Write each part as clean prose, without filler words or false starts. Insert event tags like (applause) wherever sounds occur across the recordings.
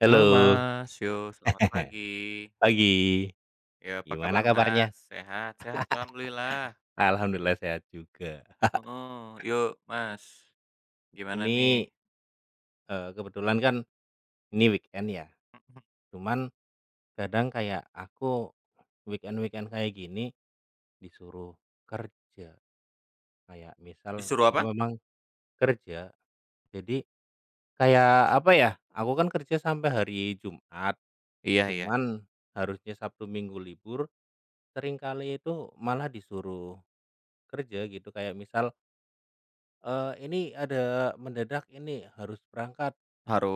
Halo, Halo Mas, yo selamat pagi. (laughs) pagi. Ya apa Gimana kabar kabarnya? Mas? Sehat? Sehat alhamdulillah, Alhamdulillah sehat juga. heeh. Yuk Mas, gimana nih? Ini, kebetulan kan ini weekend ya, (laughs) Mhm, cuman kadang kayak aku weekend-weekend kayak gini disuruh kerja. Kayak misal disuruh aku apa? memang kerja, jadi kayak apa ya, aku kan kerja sampai hari Jumat, Iya iya, cuman harusnya Sabtu Minggu libur, seringkali itu malah disuruh kerja gitu. Kayak misal ini ada mendadak ini, harus berangkat,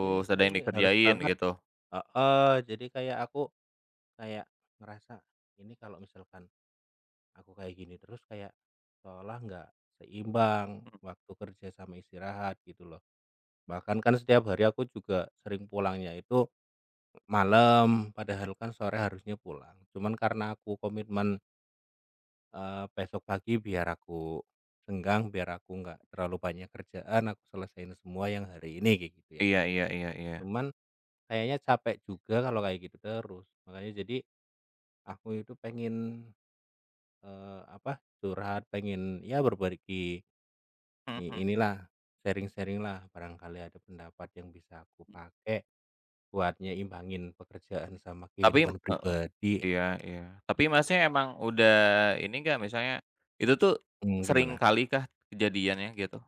ini ada ini yang nih harus dikerjain berangkat, gitu. heeh, jadi kayak aku kayak ngerasa, ini kalau misalkan aku kayak gini terus, kayak seolah nggak seimbang waktu kerja sama istirahat gitu loh. Bahkan kan setiap hari aku juga sering pulangnya itu malam, padahal kan sore harusnya pulang. Cuman karena aku komitmen, besok pagi biar aku senggang, biar aku nggak terlalu banyak kerjaan, aku selesain semua yang hari ini, kayak gitu ya. Iya iya iya iya. Cuman kayaknya capek juga kalau kayak gitu terus. Makanya jadi aku itu pengen, apa, curhat, pengen ya berbagi (laughs) i Mhm, inilah, sharing-sharing lah, barangkali ada pendapat yang bisa aku pakai buat nyeimbangin pekerjaan sama tapi kehidupan heeh, pribadi. iya iya. Tapi Masnya emang udah ini nggak misalnya, itu tuh Mmm, sering gimana? kali kah kejadiannya gitu?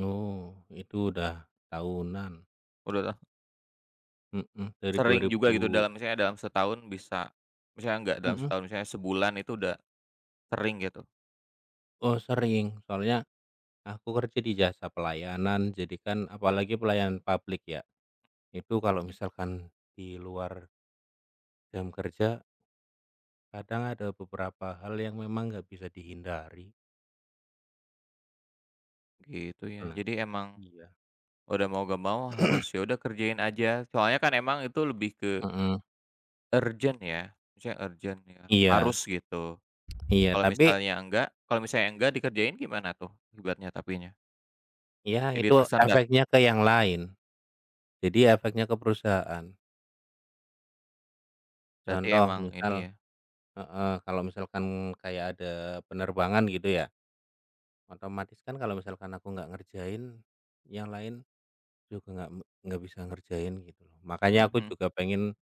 Oh, itu udah tahunan. Udah lah Mhm, dari sering juga gitu 2000. dalam misalnya dalam setahun bisa misalnya nggak dalam mhm, setahun, misalnya sebulan itu udah sering gitu? oh, sering, soalnya aku kerja di jasa pelayanan, jadi kan apalagi pelayanan publik ya. Itu kalau misalkan di luar jam kerja, kadang ada beberapa hal yang memang nggak bisa dihindari. Gitu ya. Nah, Jadi emang iya, udah mau gak mau harus ya udah kerjain aja. Soalnya kan emang itu lebih ke mhm, urgent ya, misalnya urgent ya, harus iya, gitu. iya, tapi Kalau misalnya enggak dikerjain gimana tuh akibatnya tapinya? ya Jadi itu tersendat, efeknya ke yang lain. Jadi efeknya ke perusahaan. berarti Contoh emang ini ya misal, heeh, kalau misalkan kayak ada penerbangan gitu ya, otomatis kan kalau misalkan aku nggak ngerjain, yang lain juga nggak bisa ngerjain gitu loh. mhm Makanya aku mhm. juga pengen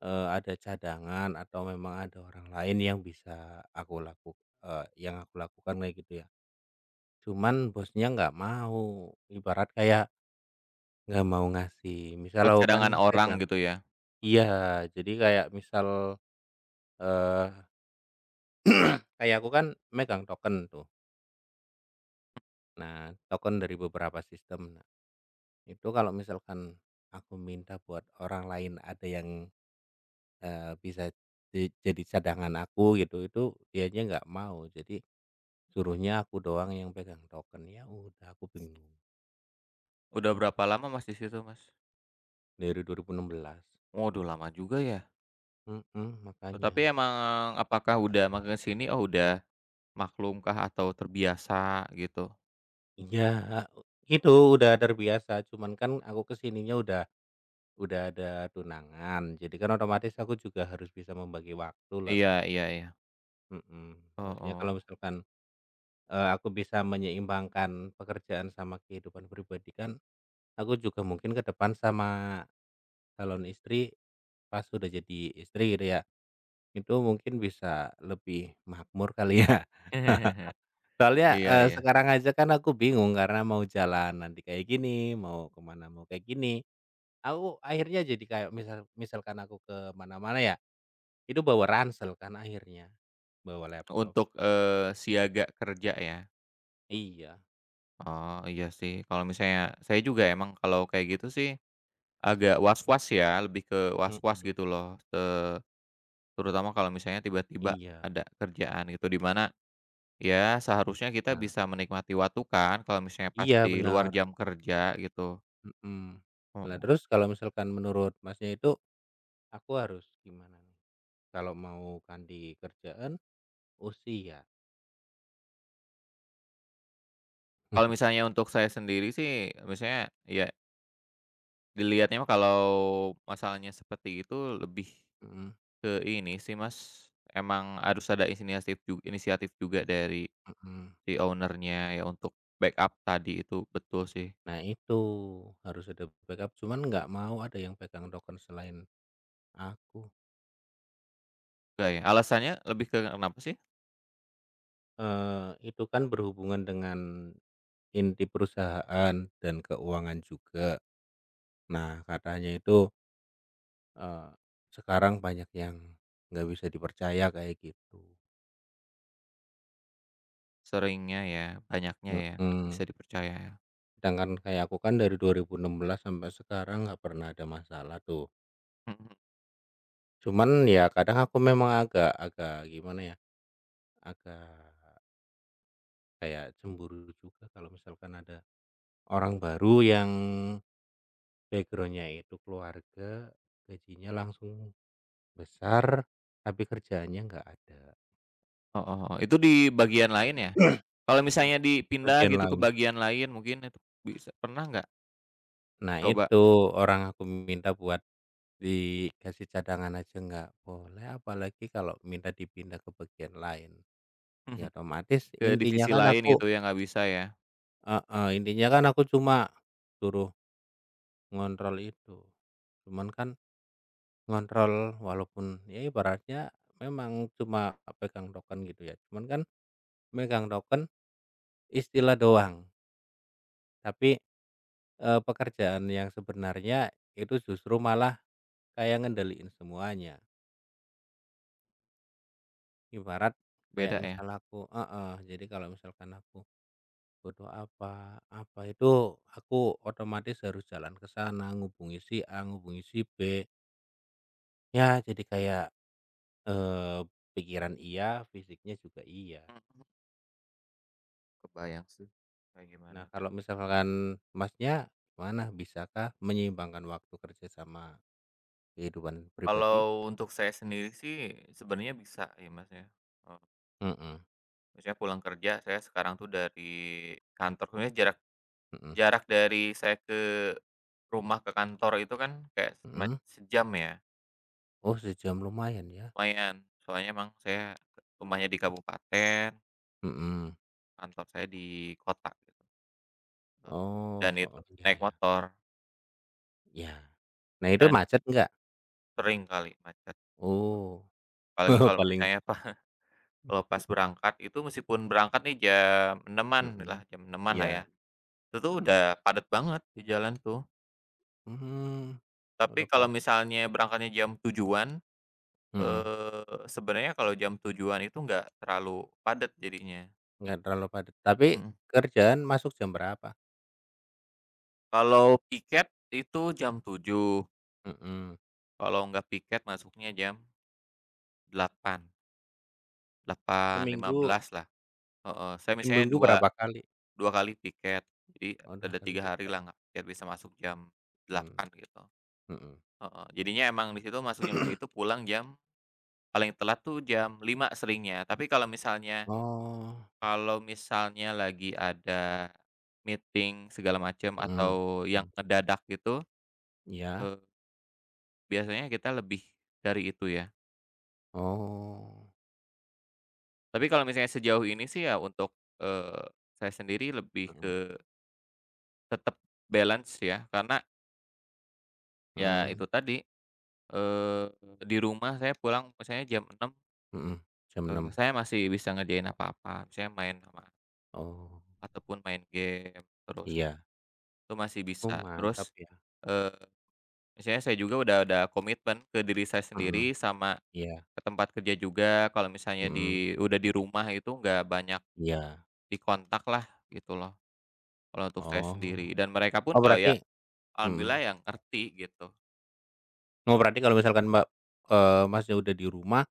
Ada cadangan atau memang ada orang lain yang bisa eee, yang aku lakukan kayak gitu ya. Cuman bosnya nggak mau, ibarat kayak nggak mau ngasih. Misal Oh aku kan cadangan orang pegang, gitu ya? iya, jadi kayak misal, eee, kayak aku kan megang token tuh. Nah, token dari beberapa sistem. Nah, itu kalau misalkan aku minta buat orang lain ada yang, bisa di jadi cadangan aku gitu, itu dianya nggak mau. Jadi suruhnya aku doang yang pegang token, ya udah aku bingung, Udah berapa lama Mas di situ Mas? dari 2016. Waduh lama juga ya? Mhm, Oh tapi makanya. emang apakah udah makin sini, oh udah maklumkah atau terbiasa gitu? Iya, gitu udah terbiasa, cuman kan aku kesininya udah ada tunangan, jadi kan otomatis aku juga harus bisa membagi waktu lah, Iya iya iya. mhm. Maksudnya kalau Oh misalkan, aku bisa menyeimbangkan pekerjaan sama kehidupan pribadi kan, aku juga mungkin ke depan sama calon istri, pas udah jadi istri gitu ya, itu mungkin bisa lebih makmur kali ya. (laughs) oh. (laughs) Soalnya, Iya iya. sekarang aja kan aku bingung karena mau jalan nanti kayak gini, mau kemana mau kayak gini. Aku akhirnya jadi kayak misalkan aku ke mana-mana ya, itu bawa ransel kan akhirnya, bawa laptop. Untuk, siaga kerja ya? Iya, Oh, iya sih. Kalau misalnya saya juga emang kalau kayak gitu sih agak was-was ya, lebih ke was-was mhm, gitu loh, terutama kalau misalnya tiba-tiba iya. ada kerjaan gitu, di mana ya seharusnya kita Nah, bisa menikmati waktu kan kalau misalnya pas iya di luar bener, jam kerja gitu. mhm. Nah, Mhm. terus kalau misalkan menurut Masnya itu, aku harus gimana nih, kalau mau ganti kerjaan? Usia. Kalau (laughs) misalnya untuk saya sendiri sih, misalnya ya dilihatnya mah kalau masalahnya seperti itu lebih Mhm, ke ini sih Mas, emang harus ada inisiatif inisiatif juga dari mhm. si ownernya ya untuk backup tadi itu, betul sih. Nah itu, harus ada backup, cuman nggak mau ada yang pegang token selain aku. Enggak ya, alasannya lebih ke kenapa sih? Itu kan berhubungan dengan inti perusahaan dan keuangan juga. Nah, katanya itu, eee, sekarang banyak yang nggak bisa dipercaya kayak gitu. Seringnya ya, banyaknya ya, nggak bisa Mhm, dipercaya ya. sedangkan kayak aku kan dari 2016 sampai sekarang nggak pernah ada masalah tuh. Mhm, Cuman ya kadang aku memang agak agak gimana ya, agak kayak cemburu juga kalau misalkan ada orang baru yang backgroundnya itu keluarga, gajinya langsung besar, tapi kerjaannya nggak ada. heeh heeh. Itu di bagian lain ya? Kalau Mhm, misalnya dipindah bagian gitu ke lain. bagian lain mungkin itu bisa pernah nggak Nah coba? itu, orang aku minta buat dikasih cadangan aja nggak boleh, apalagi kalau minta dipindah ke bagian lain. Ya (laughs) otomatis Ke divisi lain gitu ya nggak bisa ya, intinya kan aku cuma suruh ngontrol itu. Cuman kan, ngontrol walaupun ya ibaratnya memang cuma pegang token gitu ya, cuman kan megang token istilah doang, tapi, pekerjaan yang sebenarnya itu justru malah kayak ngendaliin semuanya. Ibarat kayak beda ya? misal aku, heeh, jadi kalau misalkan aku butuh apa, apa itu aku otomatis harus jalan ke sana, ngubungi si A, ngubungi si B, ya jadi kayak, eee, pikiran iya, fisiknya juga iya. Mhm, kebayang sih, kayak gimana. Nah, kalau misalkan Masnya gimana, bisakah menyeimbangkan waktu kerja sama kehidupan pribadi? Kalau untuk saya sendiri sih sebenarnya bisa ya, Mas, ya, eee, Mhm, maksudnya pulang kerja saya sekarang tuh dari kantor sebenarnya jarak mhm, jarak dari saya ke rumah ke kantor itu kan kayak mhm. sejam ya, Oh, sejam lumayan ya? lumayan. Soalnya emang saya rumahnya di kabupaten, Mhm. kantor saya di kota gitu, eee, dan Oh, itu heeh, iya, naik iya, motor iya. Nah, itu dan macet nggak? sering kali macet. Oh, Apalagi (laughs) kalau paling, misalnya (laughs) pas berangkat itu meskipun berangkat nih jam 06.00-an mhm, lah, jam 06.00 lah iya, ya. Itu tuh mhm. udah padat banget di jalan tuh. Mmm, Tapi udah kalau padat, misalnya berangkatnya jam tujuan, mhm, sebenarnya kalau jam tujuan itu nggak terlalu padat jadinya. nggak terlalu padat. Tapi Mhm. kerjaan masuk jam berapa? Kalau piket itu jam 7.00, Mhm, kalau nggak piket masuknya jam 8, delapan lima seminggu belas lah, heeh. Saya misalnya seminggu dua berapa kali? dua kali piket, jadi Oh, 2 ada kali 3 hari weekend, lah nggak piket bisa masuk jam mmm, 8 gitu, mhm. heeh. Jadinya emang di situ masuk jam segitu pulang jam paling telat tuh jam 5 seringnya. Tapi kalau misalnya Oh, kalau misalnya lagi ada meeting segala macam mhm, atau yang mhm, ngedadak gitu, iya, eee, biasanya kita lebih dari itu ya. oh, Tapi kalau misalnya sejauh ini sih ya untuk, eee, saya sendiri lebih mhm, ke tetap balance ya, karena ya itu mhm, tadi, eee, di rumah saya pulang misalnya jam 6, mhm, jam enam. Saya masih bisa ngerjain apa-apa, misalnya main sama Oh, ataupun main game terus, iya, itu masih oh, bisa. mantap Terus, ya, eee Misalnya saya juga udah ada komitmen ke diri saya mhm, sendiri sama iya, ke tempat kerja juga, kalau misalnya mhm, udah di rumah itu nggak banyak iya, dikontak lah gitu loh, kalau untuk saya oh, sendiri dan mereka pun oh, kalau ya berarti, mhm, alhamdulillah yang ngerti gitu. oh, berarti kalau misalkan Mbak, Masnya udah di rumah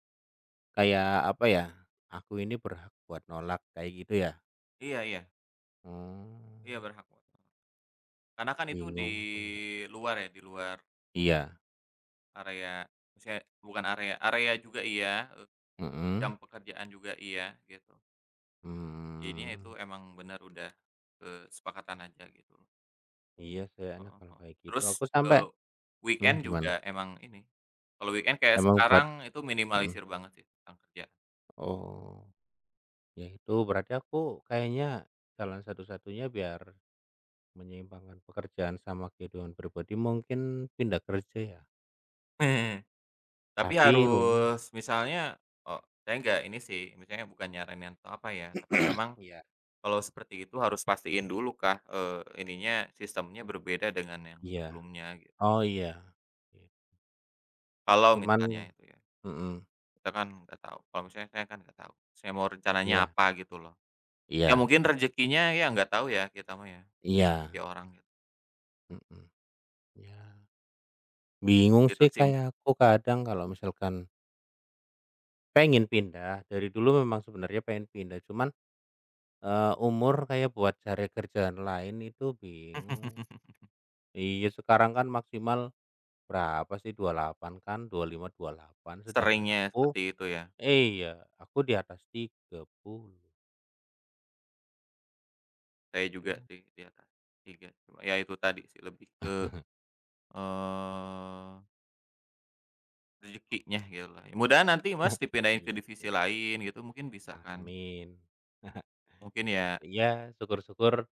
kayak apa ya, aku ini berhak buat nolak kayak gitu ya? Iya iya, iya Mmm, berhak. Karena kan itu di bingung akunya, luar ya, di luar iya, area maksudnya bukan area, area juga iya, jam mhm, pekerjaan juga iya gitu. Jadinya itu mmm, emang benar udah kesepakatan aja gitu. iya sih enak Heeh kalau heeh. kayak gitu Terus, aku sampai, eee, weekend gimana? juga emang ini, kalau weekend kayak Emang buat, sekarang itu mhm. minimalisir banget sih tentang kerjaan. Oh, ya itu berarti aku kayaknya jalan satu-satunya biar menyeimbangkan pekerjaan sama kehidupan pribadi mungkin pindah kerja ya? (laughs) Tapi Tapi lumayan. harus misalnya, saya nggak ini sih, misalnya bukan nyaranin atau apa ya, tapi memang Iya. kalau seperti itu harus pastiin dulu kah, ininya sistemnya berbeda dengan yang Iya. sebelumnya gitu. Oh, iya. Iya. Kalau Cuman, misalnya itu ya, mhm, kita kan nggak tahu, kalau misalnya saya kan nggak tahu, saya mau rencananya iya, apa gitu loh. Ya iya, mungkin rezekinya ya nggak tahu ya kita mah ya, rezeki iya, orang gitu, mhm, iya. Bingung gitu sih sih. kayak aku kadang kalau misalkan pengen pindah, dari dulu memang sebenarnya pengen pindah, cuman, umur kayak buat cari kerjaan lain itu bingung. (laughs) Iya, sekarang kan maksimal berapa sih, 28 kan, dua dua puluh lima 28, sedangkan Seringnya aku, seperti itu ya. iya, aku di atas 30 Saya ya. juga sih di atas 3, cuma ya itu tadi sih lebih ke, eee, rezekinya gitu lah. Mudahan nanti Nah, Mas dipindahin ke gitu. divisi lain gitu mungkin bisa kan? Amin. (laughs) Mungkin ya. Iya, syukur-syukur,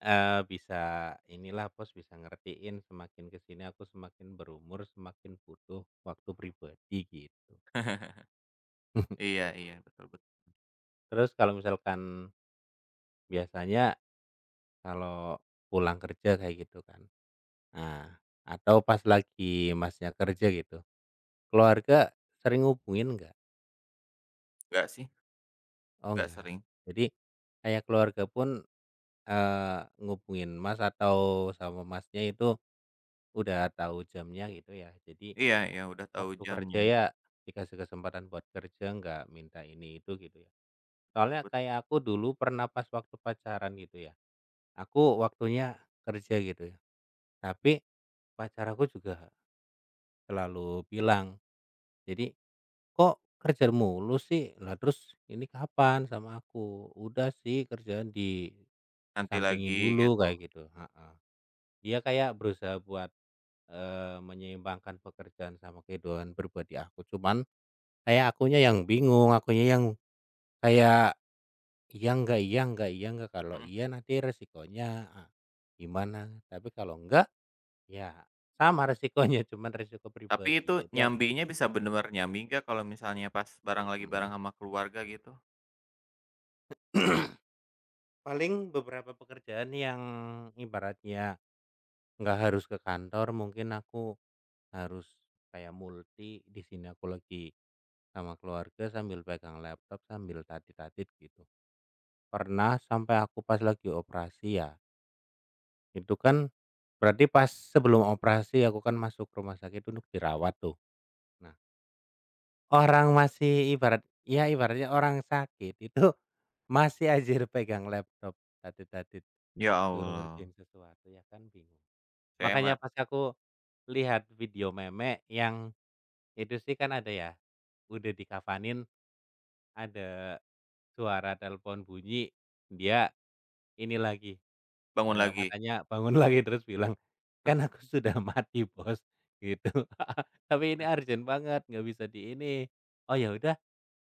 bisa inilah Bos, bisa ngertiin, semakin ke sini aku semakin berumur, semakin butuh waktu pribadi, gitu. (laughs) (laughs) Iya iya, betul betul Terus kalau misalkan biasanya kalau pulang kerja kayak gitu kan, nah, atau pas lagi Masnya kerja gitu, keluarga sering ngubungin nggak? enggak sih, Oh, enggak nggak. sering. Jadi kayak keluarga pun, ngubungin Mas atau sama Masnya itu udah tahu jamnya gitu ya? Jadi Iya iya, udah tahu waktu jamnya, kerja ya dikasih kesempatan buat kerja, nggak minta ini itu gitu ya? Soalnya but kayak aku dulu pernah pas waktu pacaran gitu ya, aku waktunya kerja gitu ya, tapi pacar aku juga selalu bilang, jadi, "Kok kerja mulu sih? Lah terus ini kapan sama aku? Udah sih kerjaan nanti disampingin lagi dulu," gitu. kayak gitu, heeh. Dia kayak berusaha buat, menyeimbangkan pekerjaan sama kehidupan pribadi aku, cuman kayak akunya yang bingung, akunya yang kayak, iya enggak, iya enggak, iya enggak, kalau Mhm. iya nanti resikonya a gimana, tapi kalau enggak, ya sama resikonya, (laughs) cuman resiko Tapi pribadi. itu Jadi aku, nyambinya bisa bener-bener nyambi nggak kalau misalnya pas barang lagi barang mhm. sama keluarga gitu? Paling beberapa pekerjaan yang ibaratnya nggak harus ke kantor, mungkin aku harus kayak multi, di sini aku lagi sama keluarga sambil pegang laptop, sambil tatit-tatit gitu. Pernah sampai aku pas lagi operasi ya, itu kan berarti pas sebelum operasi aku kan masuk rumah sakit untuk dirawat tuh. Nah, orang masih ibarat ya, ibaratnya orang sakit itu (laughs) masih aja pegang laptop, tatit-tatit, Ya suruh Allah, ngerjain sesuatu ya kan bingung. saya mah Makanya pas aku lihat video meme yang itu sih kan ada ya, udah dikafanin, ada suara telepon bunyi, dia ini lagi, bangun lagi. matanya bangun lagi (laughs) terus bilang, "Kan aku sudah mati Bos," gitu. (laughs) "Tapi ini urgent banget, nggak bisa di ini." "Oh ya udah,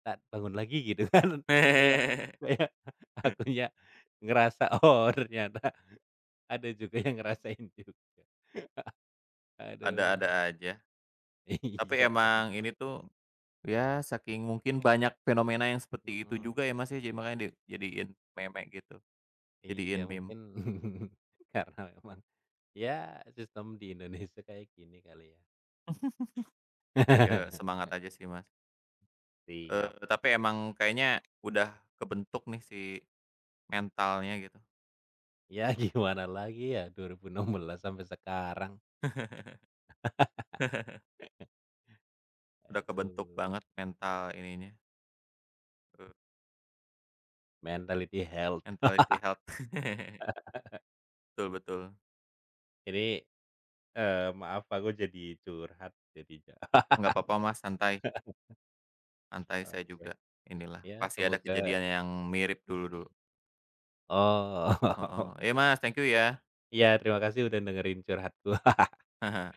tak bangun lagi," gitu (laughs) kan. Kayak (laughs) kayak akunya ngerasa, oh ternyata ada juga yang ngerasain juga. Aduh, Ada-ada aja. (laughs) Tapi iya kan, emang ini tuh, ya saking mungkin banyak fenomena yang seperti itu mhm. juga ya Mas ya, jadi makanya di jadiin meme gitu, Iya jadiin meme. mungkin, (laughs) karena memang, ya sistem di Indonesia kayak gini kali ya. (laughs) Ya semangat (laughs) aja sih Mas. Eee, Siap. tapi emang kayaknya udah kebentuk nih si mentalnya gitu. Ya gimana lagi ya, 2016 sampai sekarang. (laughs) Udah kebentuk Aduh, banget mental ininya, eee, mentality health. mentality (laughs) health. (laughs) Betul betul. Ini, maaf aku jadi curhat jadinya. (laughs) Nggak apa-apa Mas, santai. Santai, saya juga Oke. inilah, Ya pasti ada semoga, kejadian yang mirip dulu-dulu. Heeh. oh. Iya (laughs) Mas, thank you ya. Ya terima kasih udah dengerin curhatku. Haha